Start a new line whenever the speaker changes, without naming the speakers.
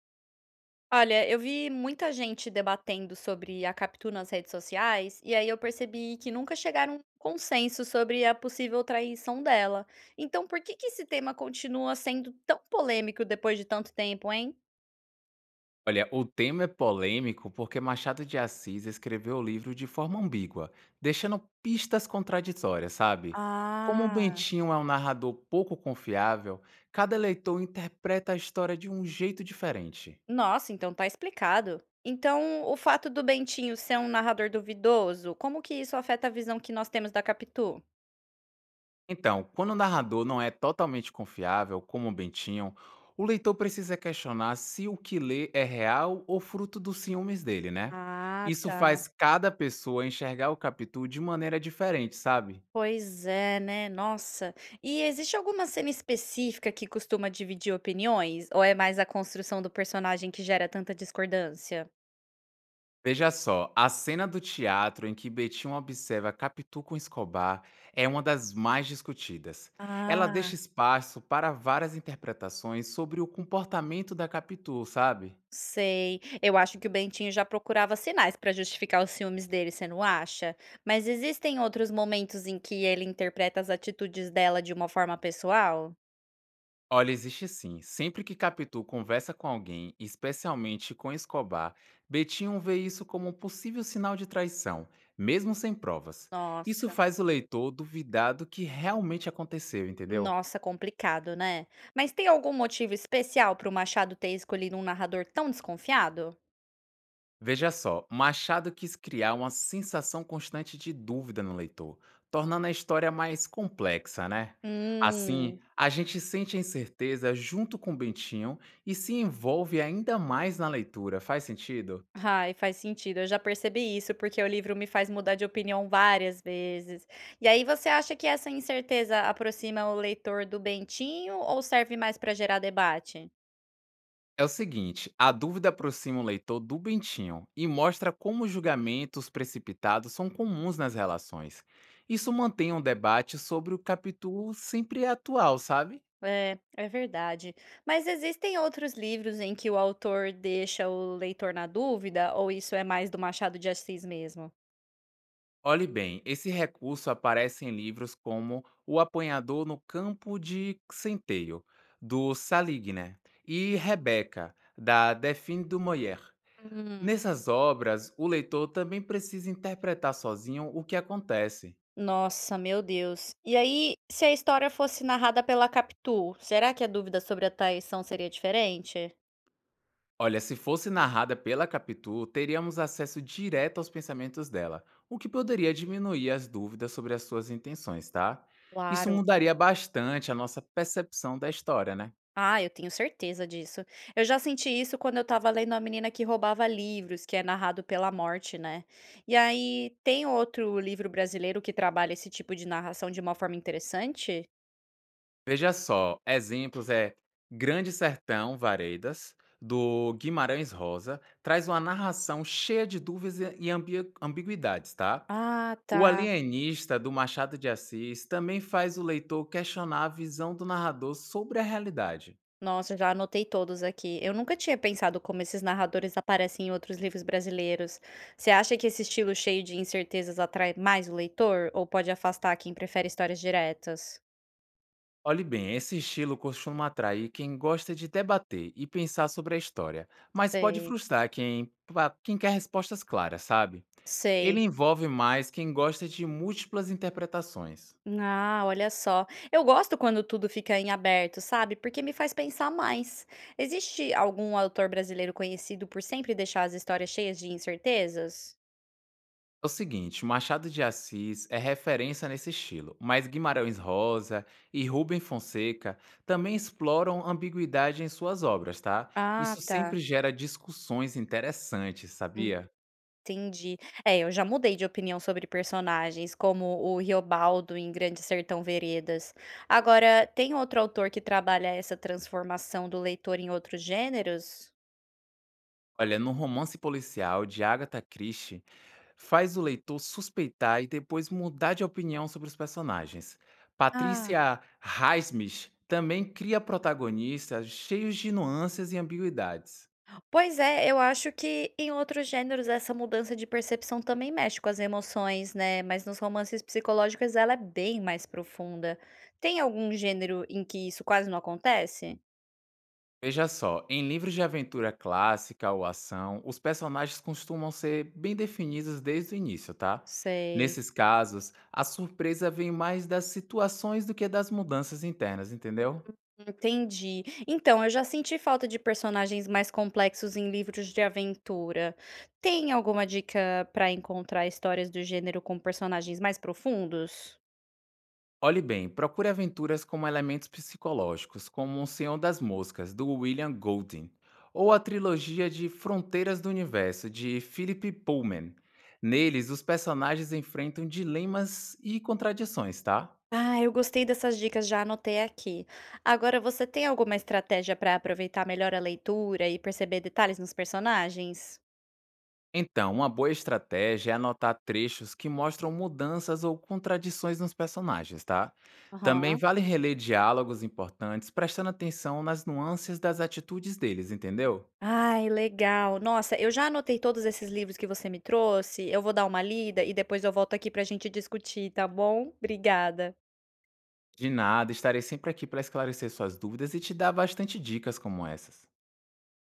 Olha, eu vi muita gente debatendo sobre a Capitu nas redes sociais, e aí eu percebi que nunca chegaram a um consenso sobre a possível traição dela. Então, por que que esse tema continua sendo tão polêmico depois de tanto tempo, hein?
Olha, o tema é polêmico porque Machado de Assis escreveu o livro de forma ambígua, deixando pistas contraditórias, sabe? Como o
Ah.
Bentinho é um narrador pouco confiável, cada leitor interpreta a história de um jeito diferente.
Nossa, então tá explicado. Então, o fato do Bentinho ser um narrador duvidoso, como que isso afeta a visão que nós temos da Capitu?
Então, quando o narrador não é totalmente confiável, como o Bentinho, o leitor precisa questionar se o que lê é real ou fruto dos ciúmes dele, né?
Ah,
Isso
tá.
faz cada pessoa enxergar o Capitu de maneira diferente, sabe?
Pois é, né? Nossa. E existe alguma cena específica que costuma dividir opiniões? Ou é mais a construção do personagem que gera tanta discordância?
Veja só, a cena do teatro em que Betinho observa Capitu com Escobar é uma das mais discutidas. Ela deixa
Ah,
espaço para várias interpretações sobre o comportamento da Capitu, sabe?
sei. Eu acho que o Bentinho já procurava sinais para justificar os ciúmes dele, você não acha? Mas existem outros momentos em que ele interpreta as atitudes dela de uma forma pessoal?
Olha, existe sim. Sempre que Capitu conversa com alguém, especialmente com Escobar, Betinho vê isso como um possível sinal de traição, mesmo sem provas. Isso
Nossa,
faz o leitor duvidar do que realmente aconteceu, entendeu?
nossa, complicado, né? Mas tem algum motivo especial para o Machado ter escolhido um narrador tão desconfiado?
Veja só, Machado quis criar uma sensação constante de dúvida no leitor, tornando a história mais complexa, né? Assim,
Hum.
a gente sente a incerteza junto com o Bentinho e se envolve ainda mais na leitura, faz sentido?
Ai, faz sentido. Eu já percebi isso, porque o livro me faz mudar de opinião várias vezes. E aí, você acha que essa incerteza aproxima o leitor do Bentinho ou serve mais para gerar debate?
É o seguinte, a dúvida aproxima o leitor do Bentinho e mostra como julgamentos precipitados são comuns nas relações. Isso mantém um debate sobre o capítulo sempre atual, sabe?
É, é verdade. Mas existem outros livros em que o autor deixa o leitor na dúvida, ou isso é mais do Machado de Assis mesmo?
Olhe bem, esse recurso aparece em livros como O Apanhador no Campo de Centeio, do Saligner, e Rebeca, da Delphine du Maurier.
Hum.
Nessas obras, o leitor também precisa interpretar sozinho o que acontece.
Nossa, meu Deus. E aí, se a história fosse narrada pela Capitu, será que a dúvida sobre a traição seria diferente?
Olha, se fosse narrada pela Capitu, teríamos acesso direto aos pensamentos dela, o que poderia diminuir as dúvidas sobre as suas intenções, tá? Isso
Claro.
mudaria bastante a nossa percepção da história, né?
Ah, eu tenho certeza disso. Eu já senti isso quando eu estava lendo A Menina que Roubava Livros, que é narrado pela Morte, né? E aí tem outro livro brasileiro que trabalha esse tipo de narração de uma forma interessante?
Veja só, exemplos é Grande Sertão Varedas, do Guimarães Rosa, traz uma narração cheia de dúvidas e ambiguidades, tá?
Ah,
O
tá.
Alienista, do Machado de Assis, também faz o leitor questionar a visão do narrador sobre a realidade.
Nossa, já anotei todos aqui. Eu nunca tinha pensado como esses narradores aparecem em outros livros brasileiros. Você acha que esse estilo cheio de incertezas atrai mais o leitor ou pode afastar quem prefere histórias diretas?
Olhe bem, esse estilo costuma atrair quem gosta de debater e pensar sobre a história, mas pode
Sei.
frustrar quem quer respostas claras, sabe?
Sei.
Ele envolve mais quem gosta de múltiplas interpretações.
Ah, olha só. Eu gosto quando tudo fica em aberto, sabe? Porque me faz pensar mais. Existe algum autor brasileiro conhecido por sempre deixar as histórias cheias de incertezas?
É o seguinte, Machado de Assis é referência nesse estilo, mas Guimarães Rosa e Rubem Fonseca também exploram ambiguidade em suas obras, tá?
Ah,
Isso
tá.
sempre gera discussões interessantes, sabia?
Entendi. É, eu já mudei de opinião sobre personagens, como o Riobaldo em Grande Sertão Veredas. Agora, tem outro autor que trabalha essa transformação do leitor em outros gêneros?
Olha, no romance policial de Agatha Christie, faz o leitor suspeitar e depois mudar de opinião sobre os personagens.
Ah.
Patrícia Highsmith também cria protagonistas cheios de nuances e ambiguidades.
Pois é, eu acho que em outros gêneros essa mudança de percepção também mexe com as emoções, né, mas nos romances psicológicos ela é bem mais profunda. Tem algum gênero em que isso quase não acontece?
Veja só, em livros de aventura clássica ou ação, os personagens costumam ser bem definidos desde o início, tá?
Sei,
Nesses casos, a surpresa vem mais das situações do que das mudanças internas, entendeu?
entendi. Então, eu já senti falta de personagens mais complexos em livros de aventura. Tem alguma dica para encontrar histórias do gênero com personagens mais profundos?
Olhe bem, procure aventuras como elementos psicológicos, como O Senhor das Moscas, do William Golding, ou a trilogia de Fronteiras do Universo, de Philip Pullman. Neles, os personagens enfrentam dilemas e contradições, tá?
Ah, eu gostei dessas dicas, já anotei aqui. Agora, você tem alguma estratégia para aproveitar melhor a leitura e perceber detalhes nos personagens?
Então, uma boa estratégia é anotar trechos que mostram mudanças ou contradições nos personagens, tá? Também
Aham.
vale reler diálogos importantes, prestando atenção nas nuances das atitudes deles, entendeu?
Ai, legal. Nossa, eu já anotei todos esses livros que você me trouxe. Eu vou dar uma lida e depois eu volto aqui para a gente discutir, tá bom? Obrigada.
De nada, estarei sempre aqui para esclarecer suas dúvidas e te dar bastante dicas como essas.